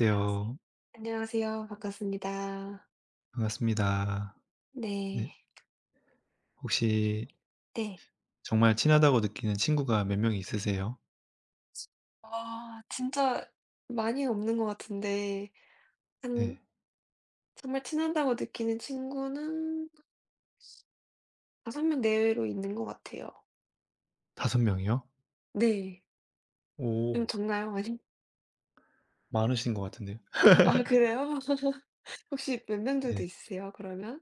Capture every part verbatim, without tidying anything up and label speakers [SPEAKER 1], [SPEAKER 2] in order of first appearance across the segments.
[SPEAKER 1] 안녕하세요. 안녕하세요. 반갑습니다.
[SPEAKER 2] 반갑습니다.
[SPEAKER 1] 네.
[SPEAKER 2] 네. 혹시
[SPEAKER 1] 네.
[SPEAKER 2] 정말 친하다고 느끼는 친구가 몇 명이 있으세요?
[SPEAKER 1] 아 진짜 많이 없는 것 같은데 한
[SPEAKER 2] 네.
[SPEAKER 1] 정말 친하다고 느끼는 친구는 다섯 명 내외로 있는 것 같아요.
[SPEAKER 2] 섯 명이요?
[SPEAKER 1] 네. 좀
[SPEAKER 2] 오.
[SPEAKER 1] 적나요? 많이?
[SPEAKER 2] 많으신 것 같은데요.
[SPEAKER 1] 아 그래요? 혹시 몇 명 정도
[SPEAKER 2] 네.
[SPEAKER 1] 있으세요 그러면?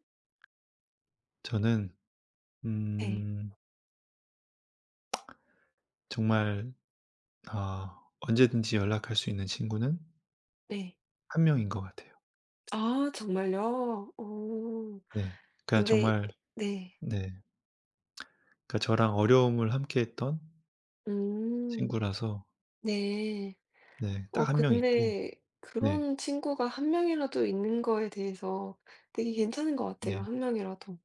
[SPEAKER 2] 저는
[SPEAKER 1] 네.
[SPEAKER 2] 음 정말 아 언제든지 연락할 수 있는 친구는
[SPEAKER 1] 네.
[SPEAKER 2] 한 명인 것 같아요.
[SPEAKER 1] 아 정말요? 어.
[SPEAKER 2] 네. 그러니까
[SPEAKER 1] 근데
[SPEAKER 2] 정말
[SPEAKER 1] 네.
[SPEAKER 2] 네. 그러니까 저랑 어려움을 함께했던
[SPEAKER 1] 음.
[SPEAKER 2] 친구라서
[SPEAKER 1] 네.
[SPEAKER 2] 네. 딱
[SPEAKER 1] 어
[SPEAKER 2] 한 명 있고
[SPEAKER 1] 근데
[SPEAKER 2] 네.
[SPEAKER 1] 그런 친구가 한 명이라도 있는 거에 대해서 되게 괜찮은 것 같아요,
[SPEAKER 2] 네.
[SPEAKER 1] 한 명이라도.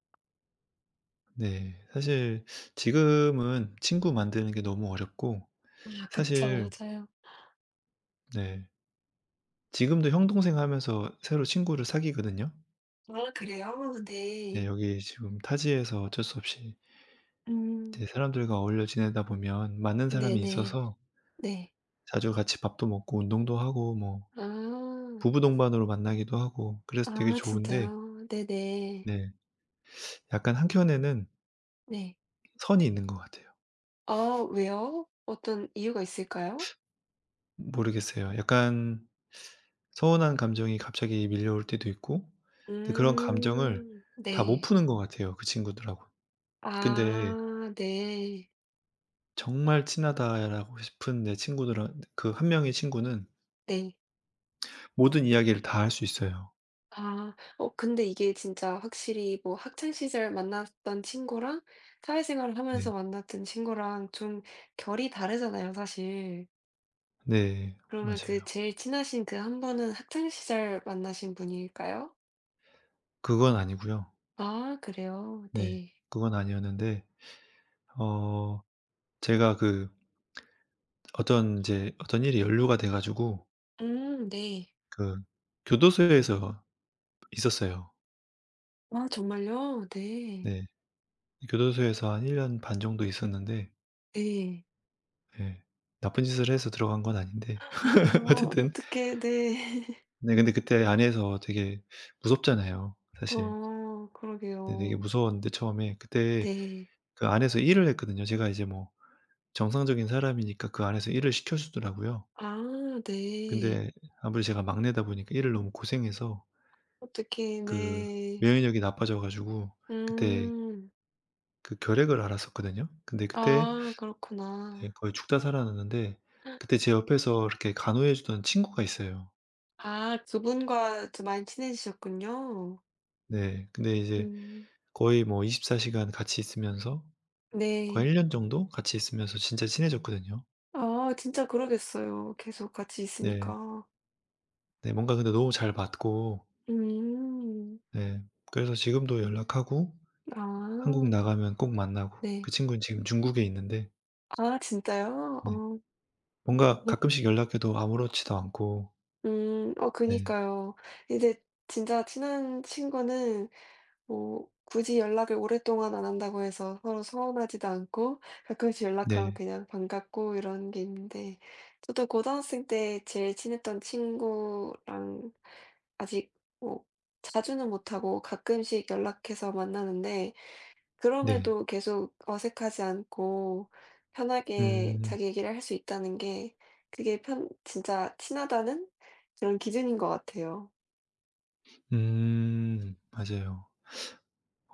[SPEAKER 2] 네. 사실 지금은 친구 만드는 게 너무 어렵고
[SPEAKER 1] 아 그쵸.
[SPEAKER 2] 사실
[SPEAKER 1] 맞아요.
[SPEAKER 2] 네 지금도 형 동생 하면서 새로 친구를 사귀거든요.
[SPEAKER 1] 아 그래요?
[SPEAKER 2] 네
[SPEAKER 1] 네.
[SPEAKER 2] 여기 지금 타지에서 어쩔 수 없이
[SPEAKER 1] 음.
[SPEAKER 2] 이제 사람들과 어울려 지내다 보면 맞는 사람이
[SPEAKER 1] 네네.
[SPEAKER 2] 있어서
[SPEAKER 1] 네.
[SPEAKER 2] 자주 같이 밥도 먹고 운동도 하고 뭐
[SPEAKER 1] 아.
[SPEAKER 2] 부부 동반으로 만나기도 하고 그래서 되게
[SPEAKER 1] 아
[SPEAKER 2] 좋은데
[SPEAKER 1] 진짜요? 네네.
[SPEAKER 2] 네 약간 한켠에는
[SPEAKER 1] 네.
[SPEAKER 2] 선이 있는 것 같아요.
[SPEAKER 1] 아 왜요? 어떤 이유가 있을까요?
[SPEAKER 2] 모르겠어요. 약간 서운한 감정이 갑자기 밀려올 때도 있고 근데 그런 감정을
[SPEAKER 1] 음.
[SPEAKER 2] 다 못
[SPEAKER 1] 네.
[SPEAKER 2] 푸는 것 같아요, 그 친구들하고. 근데
[SPEAKER 1] 아 네.
[SPEAKER 2] 정말 친하다라고 싶은 내 친구들한 그 한 명의 친구는
[SPEAKER 1] 네.
[SPEAKER 2] 모든 이야기를 다 할 수 있어요.
[SPEAKER 1] 아. 어 근데 이게 진짜 확실히 뭐 학창 시절 만났던 친구랑 사회생활을 하면서
[SPEAKER 2] 네.
[SPEAKER 1] 만났던 친구랑 좀 결이 다르잖아요 사실.
[SPEAKER 2] 네.
[SPEAKER 1] 그러면 그
[SPEAKER 2] 맞아요.
[SPEAKER 1] 제일 친하신 그한 분은 학창 시절 만나신 분일까요?
[SPEAKER 2] 그건 아니고요.
[SPEAKER 1] 아 그래요?
[SPEAKER 2] 네.
[SPEAKER 1] 네.
[SPEAKER 2] 그건 아니었는데 어 제가 그 어떤 인제 어떤 일이 연루가 돼 가지고
[SPEAKER 1] 음 네.
[SPEAKER 2] 그 교도소에서 있었어요.
[SPEAKER 1] 아 정말요? 네.
[SPEAKER 2] 네. 교도소에서 한 일 년 반 정도 있었는데
[SPEAKER 1] 네.
[SPEAKER 2] 예 나쁜 짓을 해서 들어간 건 아닌데
[SPEAKER 1] 어
[SPEAKER 2] 어쨌든
[SPEAKER 1] 어떡해. 네.
[SPEAKER 2] 네 근데 그때 안에서 되게 무섭잖아요 사실.
[SPEAKER 1] 어
[SPEAKER 2] 네 되게
[SPEAKER 1] 그러게요.
[SPEAKER 2] 무서웠는데 처음에 그때
[SPEAKER 1] 네.
[SPEAKER 2] 그 안에서 일을 했거든요. 제가 이제 뭐 정상적인 사람이니까 그 안에서 일을 시켜 주더라고요.
[SPEAKER 1] 아 네.
[SPEAKER 2] 근데 아무래도 제가 막내다 보니까 일을 너무 고생해서
[SPEAKER 1] 어떡해.
[SPEAKER 2] 그
[SPEAKER 1] 네.
[SPEAKER 2] 면역력이 나빠져 가지고 그때
[SPEAKER 1] 음.
[SPEAKER 2] 그 결핵을 앓았었거든요. 근데 그때
[SPEAKER 1] 아
[SPEAKER 2] 네
[SPEAKER 1] 그렇구나.
[SPEAKER 2] 거의 죽다 살아났는데 그때 제 옆에서 이렇게 간호해 주던 친구가 있어요.
[SPEAKER 1] 아 그분과 또 많이 친해지셨군요.
[SPEAKER 2] 네. 근데 이제
[SPEAKER 1] 음
[SPEAKER 2] 거의 뭐 이십사 시간 같이 있으면서 거의
[SPEAKER 1] 네.
[SPEAKER 2] 일 년 정도 같이 있으면서 진짜 친해졌거든요.
[SPEAKER 1] 아 진짜 그러겠어요 계속 같이
[SPEAKER 2] 네.
[SPEAKER 1] 있으니까.
[SPEAKER 2] 네 뭔가 근데 너무 잘 맞고
[SPEAKER 1] 음.
[SPEAKER 2] 네. 그래서 지금도 연락하고 한국
[SPEAKER 1] 아
[SPEAKER 2] 나가면 꼭 만나고
[SPEAKER 1] 네.
[SPEAKER 2] 그 친구는 지금 중국에 있는데
[SPEAKER 1] 아 진짜요?
[SPEAKER 2] 네
[SPEAKER 1] 어.
[SPEAKER 2] 뭔가 가끔씩 연락해도 아무렇지도 않고
[SPEAKER 1] 음 어
[SPEAKER 2] 네.
[SPEAKER 1] 그니까요. 이제 진짜 친한 친구는 뭐 굳이 연락을 오랫동안 안 한다고 해서 서로 서운하지도 않고 가끔씩 연락하면
[SPEAKER 2] 네.
[SPEAKER 1] 그냥 반갑고 이런 게 있는데 저도 고등학생 때 제일 친했던 친구랑 아직 뭐 자주는 못하고 가끔씩 연락해서 만나는데
[SPEAKER 2] 네.
[SPEAKER 1] 그럼에도 계속 어색하지 않고 편하게
[SPEAKER 2] 음.
[SPEAKER 1] 자기 얘기를 할 수 있다는 게 그게 편 진짜 친하다는 그런 기준인 것 같아요.
[SPEAKER 2] 음. 맞아요.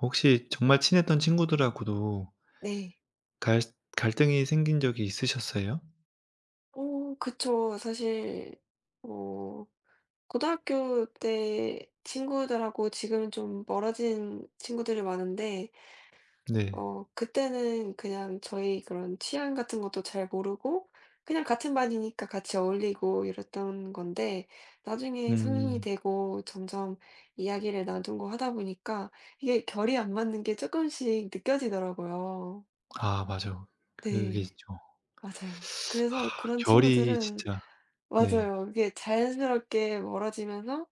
[SPEAKER 2] 혹시 정말 친했던 친구들하고도
[SPEAKER 1] 네.
[SPEAKER 2] 갈 갈등이 생긴 적이 있으셨어요?
[SPEAKER 1] 어 그쵸. 사실 어 고등학교 때 친구들하고 지금은 좀 멀어진 친구들이 많은데
[SPEAKER 2] 네.
[SPEAKER 1] 어 그때는 그냥 저희 그런 취향 같은 것도 잘 모르고 그냥 같은 반이니까 같이 어울리고 이랬던 건데 나중에 성인이
[SPEAKER 2] 음.
[SPEAKER 1] 되고 점점 이야기를 나누고 하다 보니까 이게 결이 안 맞는 게 조금씩 느껴지더라고요.
[SPEAKER 2] 아 맞아요. 그게
[SPEAKER 1] 네.
[SPEAKER 2] 있죠.
[SPEAKER 1] 맞아요. 그래서
[SPEAKER 2] 아
[SPEAKER 1] 그런
[SPEAKER 2] 결이
[SPEAKER 1] 친구들은
[SPEAKER 2] 진짜 네.
[SPEAKER 1] 맞아요. 그게 자연스럽게 멀어지면서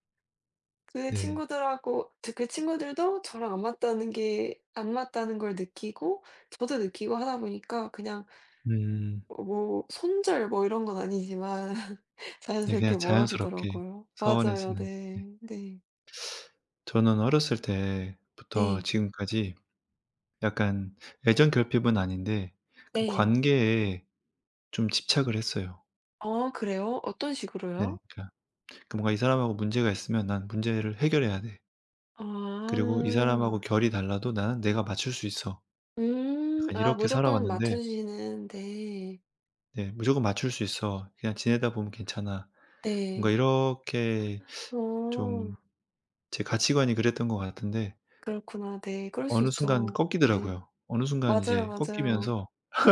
[SPEAKER 1] 그 음.
[SPEAKER 2] 네.
[SPEAKER 1] 친구들하고 저 그 친구들도 저랑 안 맞다는 게 안 맞다는 걸 느끼고 저도 느끼고 하다 보니까 그냥
[SPEAKER 2] 음.
[SPEAKER 1] 어 뭐 손절 뭐 이런 건 아니지만
[SPEAKER 2] 네
[SPEAKER 1] 자연스럽게
[SPEAKER 2] 그냥 자연스럽게
[SPEAKER 1] 멀어지더라고요. 맞아요.
[SPEAKER 2] 서운해지는. 네.
[SPEAKER 1] 네. 네.
[SPEAKER 2] 저는 어렸을 때부터
[SPEAKER 1] 네.
[SPEAKER 2] 지금까지 약간 애정 결핍은 아닌데 그
[SPEAKER 1] 네.
[SPEAKER 2] 관계에 좀 집착을 했어요.
[SPEAKER 1] 어 그래요? 어떤
[SPEAKER 2] 네.
[SPEAKER 1] 식으로요?
[SPEAKER 2] 그러니까 그 뭔가 이 사람하고 문제가 있으면 '난 문제를 해결해야 돼.
[SPEAKER 1] 아.
[SPEAKER 2] 그리고 이 사람하고 결이 달라도 나는 내가 맞출 수 있어.'
[SPEAKER 1] 음.
[SPEAKER 2] 약간
[SPEAKER 1] 아
[SPEAKER 2] 이렇게
[SPEAKER 1] 무조건 맞춰
[SPEAKER 2] 살아왔는데
[SPEAKER 1] 주시는 네.
[SPEAKER 2] 네 '무조건 맞출 수 있어. 그냥 지내다 보면 괜찮아.' 뭔가
[SPEAKER 1] 네.
[SPEAKER 2] 이렇게
[SPEAKER 1] 어.
[SPEAKER 2] 좀 제 가치관이 그랬던 것 같은데
[SPEAKER 1] 그렇구나. 네. 그럴 수
[SPEAKER 2] 어느 순간
[SPEAKER 1] 있죠. 네.
[SPEAKER 2] 꺾이더라고요. 어느 순간
[SPEAKER 1] 맞아요,
[SPEAKER 2] 이제
[SPEAKER 1] 맞아요.
[SPEAKER 2] 꺾이면서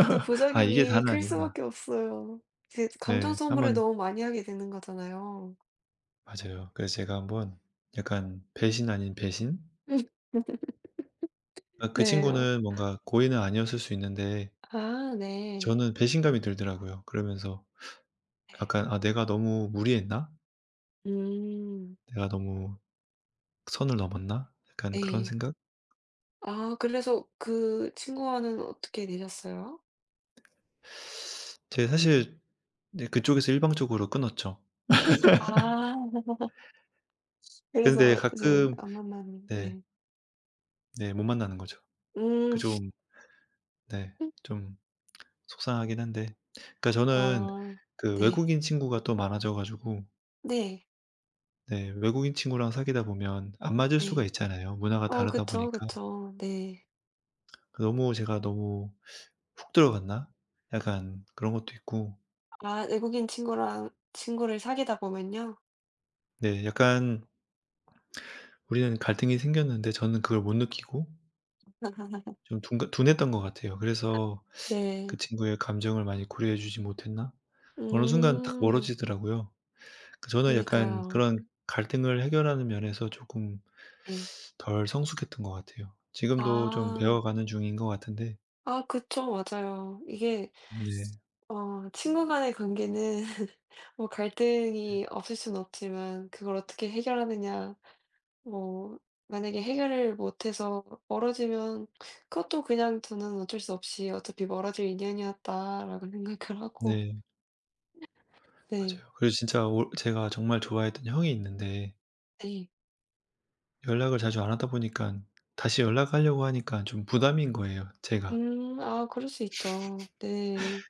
[SPEAKER 1] 진짜
[SPEAKER 2] '아 이게
[SPEAKER 1] 부작용이
[SPEAKER 2] 다는
[SPEAKER 1] 클
[SPEAKER 2] 아니구나.'
[SPEAKER 1] 수밖에 없어요. 이제 감정
[SPEAKER 2] 네.
[SPEAKER 1] 소모를
[SPEAKER 2] 한번
[SPEAKER 1] 너무 많이 하게 되는 거잖아요.
[SPEAKER 2] 맞아요. 그래서 제가 한번 약간 배신 아닌 배신? 아 그
[SPEAKER 1] 네.
[SPEAKER 2] 친구는 뭔가 고의는 아니었을 수 있는데
[SPEAKER 1] 아 네.
[SPEAKER 2] 저는 배신감이 들더라고요. 그러면서 약간 '아 내가 너무 무리했나?
[SPEAKER 1] 음.
[SPEAKER 2] 내가 너무 선을 넘었나?' 약간 그런
[SPEAKER 1] 네.
[SPEAKER 2] 생각?
[SPEAKER 1] 아 그래서 그 친구와는 어떻게 되셨어요?
[SPEAKER 2] 제가 사실 네 그쪽에서 일방적으로 끊었죠.
[SPEAKER 1] 아.
[SPEAKER 2] 근데
[SPEAKER 1] 그래서 이제
[SPEAKER 2] 가끔
[SPEAKER 1] 안 만났는
[SPEAKER 2] 네.
[SPEAKER 1] 네.
[SPEAKER 2] 네 못 만나는 거죠.
[SPEAKER 1] 음.
[SPEAKER 2] 그 좀 네 좀 속상하긴 한데 그러니까 저는
[SPEAKER 1] 아.
[SPEAKER 2] 그
[SPEAKER 1] 네.
[SPEAKER 2] 외국인 친구가 또 많아져 가지고
[SPEAKER 1] 네.
[SPEAKER 2] 네. 외국인 친구랑 사귀다 보면 안 맞을 수가
[SPEAKER 1] 네.
[SPEAKER 2] 있잖아요, 문화가
[SPEAKER 1] 어
[SPEAKER 2] 다르다
[SPEAKER 1] 그쵸,
[SPEAKER 2] 보니까.
[SPEAKER 1] 그쵸. 네.
[SPEAKER 2] 너무 제가 '너무 훅 들어갔나?' 약간 그런 것도 있고
[SPEAKER 1] 아 외국인 친구랑 친구를 사귀다 보면요.
[SPEAKER 2] 네 약간 우리는 갈등이 생겼는데 저는 그걸 못 느끼고 좀 둔가 둔했던 것 같아요. 그래서
[SPEAKER 1] 네.
[SPEAKER 2] '그 친구의 감정을 많이 고려해 주지 못했나?' 어느 순간 딱
[SPEAKER 1] 음.
[SPEAKER 2] 멀어지더라고요. 그 저는 약간
[SPEAKER 1] 그니까요.
[SPEAKER 2] 그런 갈등을 해결하는 면에서 조금
[SPEAKER 1] 네.
[SPEAKER 2] 덜 성숙했던 것 같아요. 지금도 좀
[SPEAKER 1] 아.
[SPEAKER 2] 배워가는 중인 것 같은데
[SPEAKER 1] 아 그쵸. 맞아요. 이게
[SPEAKER 2] 네.
[SPEAKER 1] 어 친구 간의 관계는 뭐 갈등이 없을 순 없지만 그걸 어떻게 해결하느냐 뭐 만약에 해결을 못해서 멀어지면 그것도 그냥 저는 어쩔 수 없이 '어차피 멀어질 인연이었다.'라고 생각을 하고
[SPEAKER 2] 네.
[SPEAKER 1] 네.
[SPEAKER 2] 맞아요. 그리고 진짜 오 제가 정말 좋아했던 형이 있는데
[SPEAKER 1] 네.
[SPEAKER 2] 연락을 자주 안 하다 보니까 다시 연락하려고 하니까 좀 부담인 거예요 제가.
[SPEAKER 1] 음. 아 그럴 수 있죠. 네.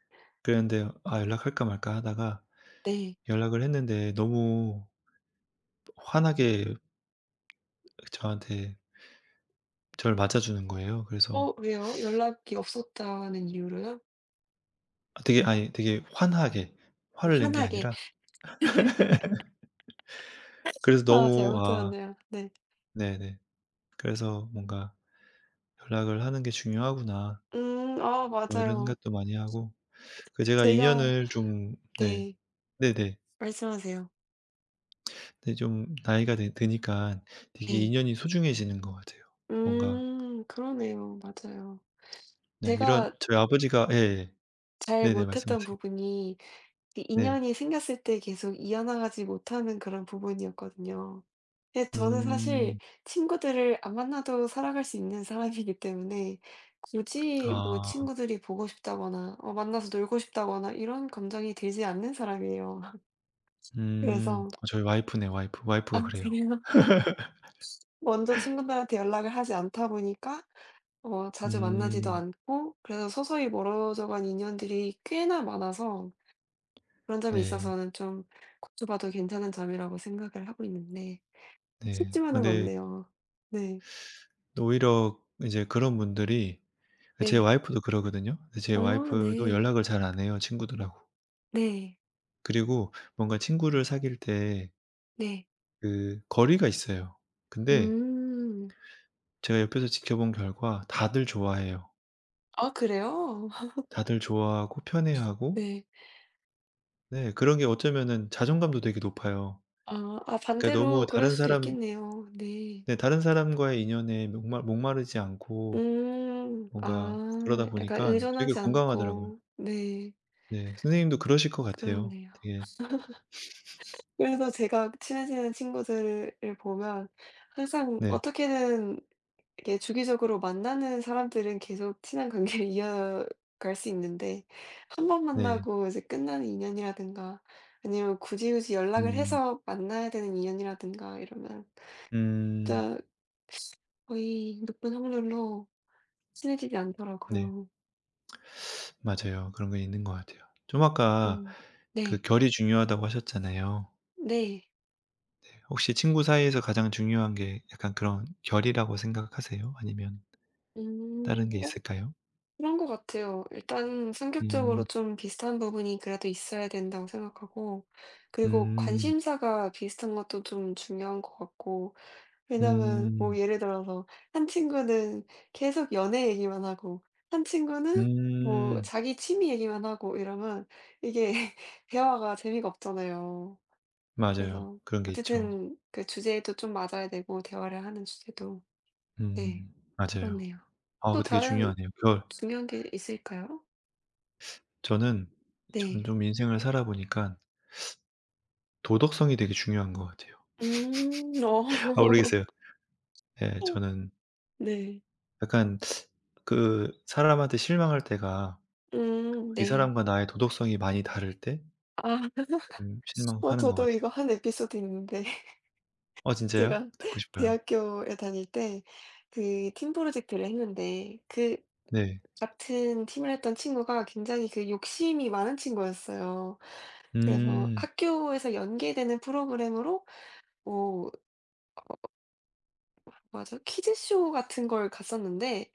[SPEAKER 2] 그랬는데 아 연락할까 말까 하다가
[SPEAKER 1] 네.
[SPEAKER 2] 연락을 했는데 너무 환하게 저한테 저를 맞아 주는 거예요. 그래서
[SPEAKER 1] 어 왜요? 연락이 없었다는 이유로요?
[SPEAKER 2] 아 되게 아니 되게 환하게 화를 낸 게
[SPEAKER 1] 편하게.
[SPEAKER 2] 아니라 그래서
[SPEAKER 1] 아
[SPEAKER 2] 너무
[SPEAKER 1] 잘못
[SPEAKER 2] 아
[SPEAKER 1] 들었네요. 네.
[SPEAKER 2] 네네. 그래서 뭔가 '연락을 하는 게 중요하구나.'
[SPEAKER 1] 음 아
[SPEAKER 2] 뭐 이런
[SPEAKER 1] 맞아요.
[SPEAKER 2] 생각도 많이 하고 그 제가
[SPEAKER 1] 제가
[SPEAKER 2] 인연을 좀 네.
[SPEAKER 1] 네.
[SPEAKER 2] 네네.
[SPEAKER 1] 말씀하세요.
[SPEAKER 2] 근데 좀 나이가 드 드니까 되게
[SPEAKER 1] 네.
[SPEAKER 2] 인연이 소중해지는 것 같아요. 뭔가
[SPEAKER 1] 음 그러네요. 맞아요.
[SPEAKER 2] 네
[SPEAKER 1] 제가
[SPEAKER 2] 이런 저희 아버지가 예. 예.
[SPEAKER 1] 잘
[SPEAKER 2] 네네
[SPEAKER 1] 못했던
[SPEAKER 2] 말씀하세요.
[SPEAKER 1] 부분이 이
[SPEAKER 2] 네.
[SPEAKER 1] 인연이 생겼을 때 계속 이어나 가지 못하는 그런 부분이었거든요. 근데 저는 사실
[SPEAKER 2] 음.
[SPEAKER 1] 친구들을 안 만나도 살아갈 수 있는 사람이기 때문에 굳이 뭐
[SPEAKER 2] 아.
[SPEAKER 1] 친구들이 보고 싶다거나 어 만나서 놀고 싶다거나 이런 감정이 들지 않는 사람이에요.
[SPEAKER 2] 음.
[SPEAKER 1] 그래서
[SPEAKER 2] 어 저희 와이프네 와이프. 와이프가
[SPEAKER 1] 아
[SPEAKER 2] 그래요.
[SPEAKER 1] 그래요? 먼저 친구들한테 연락을 하지 않다 보니까 어 자주 만나지도
[SPEAKER 2] 음.
[SPEAKER 1] 않고 그래서 서서히 멀어져 간 인연들이 꽤나 많아서 그런 점에
[SPEAKER 2] 네.
[SPEAKER 1] 있어서는 좀 고쳐봐도 괜찮은 점이라고 생각을 하고 있는데
[SPEAKER 2] 네.
[SPEAKER 1] 쉽지만은
[SPEAKER 2] 근데
[SPEAKER 1] 않네요. 네.
[SPEAKER 2] 오히려 이제 그런 분들이 제
[SPEAKER 1] 네.
[SPEAKER 2] 와이프도 그러거든요. 근데 제
[SPEAKER 1] 아
[SPEAKER 2] 와이프도
[SPEAKER 1] 네.
[SPEAKER 2] 연락을 잘 안 해요, 친구들하고.
[SPEAKER 1] 네.
[SPEAKER 2] 그리고 뭔가 친구를 사귈 때
[SPEAKER 1] 네.
[SPEAKER 2] 그 거리가 있어요. 근데
[SPEAKER 1] 음.
[SPEAKER 2] 제가 옆에서 지켜본 결과 다들 좋아해요.
[SPEAKER 1] 아 그래요?
[SPEAKER 2] 다들 좋아하고 편해하고
[SPEAKER 1] 네.
[SPEAKER 2] 네 그런 게 어쩌면은 자존감도 되게 높아요.
[SPEAKER 1] 아 아
[SPEAKER 2] 그러니까 너무
[SPEAKER 1] 반대로 그럴
[SPEAKER 2] 다른
[SPEAKER 1] 수도
[SPEAKER 2] 사람
[SPEAKER 1] 있겠네요. 네.
[SPEAKER 2] 네 다른 사람과의 인연에 목마 목마르지 않고
[SPEAKER 1] 음.
[SPEAKER 2] 뭔가
[SPEAKER 1] 아
[SPEAKER 2] 그러다
[SPEAKER 1] 약간
[SPEAKER 2] 보니깐 되게
[SPEAKER 1] 의존하지
[SPEAKER 2] 건강하더라고요.
[SPEAKER 1] 않고. 네.
[SPEAKER 2] 네. 선생님도 그러실 것 같아요.
[SPEAKER 1] 그러네요.
[SPEAKER 2] 되게
[SPEAKER 1] 그래서 제가 친해지는 친구들을 보면 항상
[SPEAKER 2] 네.
[SPEAKER 1] 어떻게든 이렇게 주기적으로 만나는 사람들은 계속 친한 관계를 이어갈 수 있는데 한번
[SPEAKER 2] 네.
[SPEAKER 1] 만나고 이제 끝나는 인연이라든가 아니면 굳이 굳이 연락을
[SPEAKER 2] 음.
[SPEAKER 1] 해서 만나야 되는 인연이라든가 이러면
[SPEAKER 2] 음.
[SPEAKER 1] 진짜 거의 높은 확률로 친해지지
[SPEAKER 2] 네.
[SPEAKER 1] 않더라고요.
[SPEAKER 2] 맞아요. 그런 게 있는 것 같아요. 좀 아까
[SPEAKER 1] 음.
[SPEAKER 2] 그
[SPEAKER 1] 네.
[SPEAKER 2] 결이 중요하다고 하셨잖아요.
[SPEAKER 1] 네.
[SPEAKER 2] 혹시 친구 사이에서 가장 중요한 게 약간 그런 결이라고 생각하세요? 아니면 다른
[SPEAKER 1] 음.
[SPEAKER 2] 게
[SPEAKER 1] 어
[SPEAKER 2] 있을까요?
[SPEAKER 1] 그런 것 같아요. 일단 성격적으로
[SPEAKER 2] 음.
[SPEAKER 1] 좀 비슷한 부분이 그래도 있어야 된다고 생각하고 그리고
[SPEAKER 2] 음.
[SPEAKER 1] 관심사가 비슷한 것도 좀 중요한 것 같고 왜냐면 뭐
[SPEAKER 2] 음.
[SPEAKER 1] 예를 들어서 한 친구는 계속 연애 얘기만 하고 한 친구는 뭐
[SPEAKER 2] 음.
[SPEAKER 1] 자기 취미 얘기만 하고 이러면 이게 대화가 재미가 없잖아요.
[SPEAKER 2] 맞아요.
[SPEAKER 1] 그래서
[SPEAKER 2] 그런 게 있죠.
[SPEAKER 1] 어쨌든 그 주제도 좀 맞아야 되고 대화를 하는 주제도. 네.
[SPEAKER 2] 음. 맞아요.
[SPEAKER 1] 그렇네요.
[SPEAKER 2] 아
[SPEAKER 1] 또
[SPEAKER 2] 그 되게
[SPEAKER 1] 다른
[SPEAKER 2] 중요하네요. 결.
[SPEAKER 1] 중요한 게 있을까요?
[SPEAKER 2] 저는 저는
[SPEAKER 1] 네.
[SPEAKER 2] 좀 인생을 살아 보니까 도덕성이 되게 중요한 것 같아요.
[SPEAKER 1] 음.
[SPEAKER 2] 아
[SPEAKER 1] 어.
[SPEAKER 2] 모르겠어요. 예. 저는
[SPEAKER 1] 네.
[SPEAKER 2] 약간 그 사람한테 실망할 때가
[SPEAKER 1] 음
[SPEAKER 2] 이
[SPEAKER 1] 네.
[SPEAKER 2] 사람과 나의 도덕성이 많이 다를 때
[SPEAKER 1] 아
[SPEAKER 2] 음
[SPEAKER 1] 뭐
[SPEAKER 2] 실망하는 것
[SPEAKER 1] 저도
[SPEAKER 2] 같아요.
[SPEAKER 1] 이거 한 에피소드 있는데
[SPEAKER 2] 어 진짜요?
[SPEAKER 1] 제가
[SPEAKER 2] 듣고 싶어요.
[SPEAKER 1] 대학교에 다닐 때 그 팀 프로젝트를 했는데 그
[SPEAKER 2] 네.
[SPEAKER 1] 같은 팀을 했던 친구가 굉장히 그 욕심이 많은 친구였어요. 그래서
[SPEAKER 2] 음.
[SPEAKER 1] 학교에서 연계되는 프로그램으로 뭐 맞아, 퀴즈쇼 같은 걸 갔었는데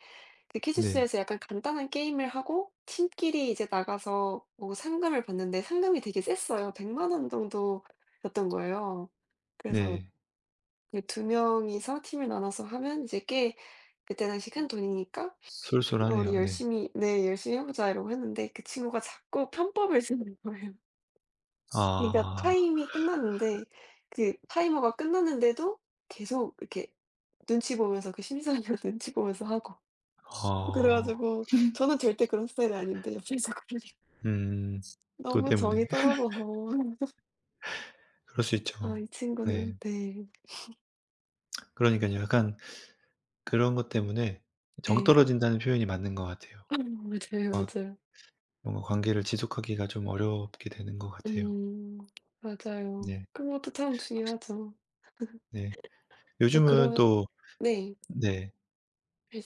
[SPEAKER 1] 그
[SPEAKER 2] 네.
[SPEAKER 1] 퀴즈쇼에서 약간 간단한 게임을 하고 팀끼리 이제 나가서 뭐 상금을 받는데 상금이 되게 셌어요. 백 공 공 원 정도였던 거예요. 그래서
[SPEAKER 2] 네.
[SPEAKER 1] 그 두 명이서 팀을 나눠서 하면 이제 꽤 그때 당시 큰 돈이니까 "어 우리
[SPEAKER 2] 쏠쏠하네요. 네.
[SPEAKER 1] 열심히 네 열심히 해 보자." 이러고 했는데 그 친구가 자꾸 편법을 쓰는 거예요. 그러니까
[SPEAKER 2] 아.
[SPEAKER 1] 타임이 끝났는데 그 타이머가 끝났는데도 계속 이렇게 눈치 보면서 그 심사위원 눈치 보면서 하고 그래
[SPEAKER 2] 아.
[SPEAKER 1] 가지고 저는 절대 그런 스타일이 아닌데 옆에서 그러니
[SPEAKER 2] 음. 돈
[SPEAKER 1] 너무
[SPEAKER 2] 때문에.
[SPEAKER 1] 정이 떨어져서
[SPEAKER 2] 그럴 수
[SPEAKER 1] 아
[SPEAKER 2] 있죠.
[SPEAKER 1] 이 친구는
[SPEAKER 2] 네.
[SPEAKER 1] 네.
[SPEAKER 2] 그러니깐요. 약간 그런 것 때문에
[SPEAKER 1] 네.
[SPEAKER 2] 정떨어진다는 표현이 맞는 것 같아요.
[SPEAKER 1] 맞아요,
[SPEAKER 2] 막
[SPEAKER 1] 맞아요.
[SPEAKER 2] 뭔가 관계를 지속하기가 좀 어렵게 되는 것 같아요.
[SPEAKER 1] 음. 맞아요.
[SPEAKER 2] 네.
[SPEAKER 1] 그런 것도 참
[SPEAKER 2] 혹시
[SPEAKER 1] 중요하죠.
[SPEAKER 2] 네.
[SPEAKER 1] 어 그
[SPEAKER 2] 요즘은
[SPEAKER 1] 런
[SPEAKER 2] 또
[SPEAKER 1] 네.
[SPEAKER 2] 네.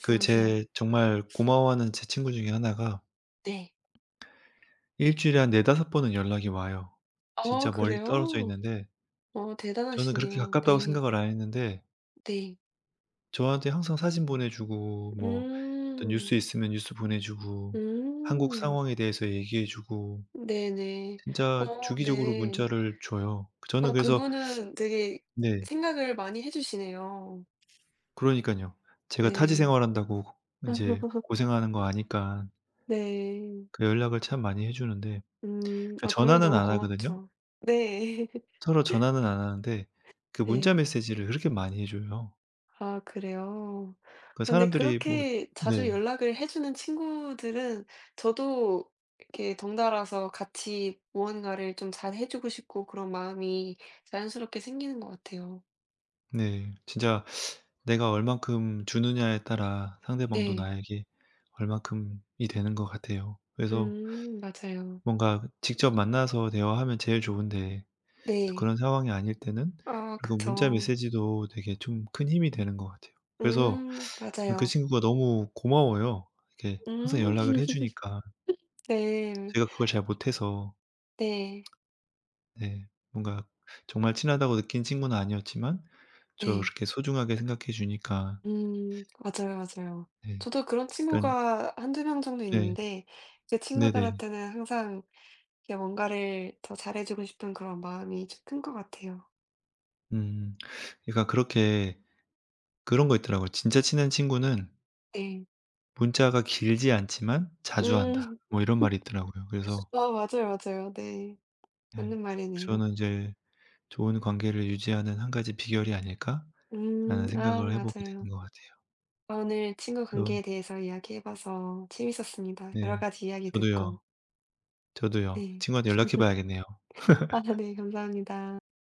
[SPEAKER 2] 그 제 정말 고마워하는 제 친구 중에 하나가
[SPEAKER 1] 네.
[SPEAKER 2] 일 주일에 한 네다섯 번은 연락이 와요.
[SPEAKER 1] 어
[SPEAKER 2] 진짜 멀리 떨어져
[SPEAKER 1] 그래요?
[SPEAKER 2] 있는데
[SPEAKER 1] 어
[SPEAKER 2] 저는 그렇게
[SPEAKER 1] 대단하시네요.
[SPEAKER 2] 가깝다고
[SPEAKER 1] 네.
[SPEAKER 2] 생각을 안 했는데
[SPEAKER 1] 네.
[SPEAKER 2] 저한테 항상 사진 보내 주고 뭐 어떤
[SPEAKER 1] 음.
[SPEAKER 2] 뉴스 있으면 뉴스 보내 주고 한국
[SPEAKER 1] 음.
[SPEAKER 2] 상황에 대해서 얘기해 주고
[SPEAKER 1] 네네.
[SPEAKER 2] 진짜
[SPEAKER 1] 어
[SPEAKER 2] 주기적으로
[SPEAKER 1] 네.
[SPEAKER 2] 문자를 줘요.
[SPEAKER 1] 어
[SPEAKER 2] 저는 그래서
[SPEAKER 1] 그분은 되게
[SPEAKER 2] 네.
[SPEAKER 1] 생각을 많이 해 주시네요.
[SPEAKER 2] 그러니깐요. 제가 타지
[SPEAKER 1] 네.
[SPEAKER 2] 생활한다고 인제
[SPEAKER 1] 아이고,
[SPEAKER 2] 고생하는 거 아니깐
[SPEAKER 1] 네.
[SPEAKER 2] 그 연락을 참 많이 해 주는데
[SPEAKER 1] 음.
[SPEAKER 2] 그
[SPEAKER 1] 아 그러면
[SPEAKER 2] 전화는
[SPEAKER 1] 너무
[SPEAKER 2] 안 하거든요.
[SPEAKER 1] 고맙죠. 네.
[SPEAKER 2] 서로 전화는 안 하는데 그 문자
[SPEAKER 1] 네.
[SPEAKER 2] 메시지를 그렇게 많이 해 줘요.
[SPEAKER 1] 아 그래요?
[SPEAKER 2] 그
[SPEAKER 1] 근데
[SPEAKER 2] 사람들이 뭐
[SPEAKER 1] 그렇게 자주
[SPEAKER 2] 네.
[SPEAKER 1] 연락을 해 주는 친구들은 저도 이렇게 덩달아서 같이 무언가를 좀 잘해 주고 싶고 그런 마음이 자연스럽게 생기는 것 같아요.
[SPEAKER 2] 네. 진짜 내가 얼만큼 주느냐에 따라 상대방도 음.
[SPEAKER 1] 네.
[SPEAKER 2] 나에게 얼만큼이 되는 것 같아요. 그래서
[SPEAKER 1] 음 맞아요.
[SPEAKER 2] 뭔가 직접 만나서 대화하면 제일 좋은데 또
[SPEAKER 1] 네.
[SPEAKER 2] 그런 상황이 아닐 때는
[SPEAKER 1] 아
[SPEAKER 2] 그리고 문자
[SPEAKER 1] 그쵸.
[SPEAKER 2] 메시지도 되게 좀 큰 힘이 되는 것 같아요. 그래서
[SPEAKER 1] 음
[SPEAKER 2] 저는 그
[SPEAKER 1] 맞아요.
[SPEAKER 2] 친구가 너무 고마워요. 이렇게 항상 연락을
[SPEAKER 1] 음.
[SPEAKER 2] 해 주니까.
[SPEAKER 1] 네.
[SPEAKER 2] 제가 그걸 잘 못해서
[SPEAKER 1] 네.
[SPEAKER 2] 네 뭔가 정말 친하다고 느낀 친구는 아니었지만 저를
[SPEAKER 1] 네.
[SPEAKER 2] 그렇게 소중하게 생각해 주니까
[SPEAKER 1] 음 맞아요, 맞아요.
[SPEAKER 2] 네
[SPEAKER 1] 저도 그런
[SPEAKER 2] 그런
[SPEAKER 1] 친구가 한두 명 정도
[SPEAKER 2] 네.
[SPEAKER 1] 있는데 그
[SPEAKER 2] 네네.
[SPEAKER 1] 친구들한테는 항상 이렇게 뭔가를 더 잘해 주고 싶은 그런 마음이 좀 큰 것 같아요.
[SPEAKER 2] 음. 그러니까 그렇게 그런 거 있더라고요. "진짜 친한 친구는
[SPEAKER 1] 네.
[SPEAKER 2] 문자가 길지 않지만 자주 한다."
[SPEAKER 1] 음.
[SPEAKER 2] 뭐 이런 말이 있더라고요. 그래서
[SPEAKER 1] 아 맞아요, 맞아요. 네.
[SPEAKER 2] 네.
[SPEAKER 1] 맞는 말이네요.
[SPEAKER 2] 저는 이제 '좋은 관계를 유지하는 한 가지 비결이
[SPEAKER 1] 음
[SPEAKER 2] 아닐까?'라는
[SPEAKER 1] 아
[SPEAKER 2] 생각을 해 보게
[SPEAKER 1] 맞아요.
[SPEAKER 2] 되는 것 같아요.
[SPEAKER 1] 아 오늘 친구
[SPEAKER 2] 이런
[SPEAKER 1] 관계에 대해서 이야기해 봐서 재밌었습니다. 여러
[SPEAKER 2] 네.
[SPEAKER 1] 가지 이야기
[SPEAKER 2] 저도요.
[SPEAKER 1] 듣고.
[SPEAKER 2] 저도요.
[SPEAKER 1] 네.
[SPEAKER 2] 친구한테 연락해 봐야겠네요.
[SPEAKER 1] 아 네. 감사합니다.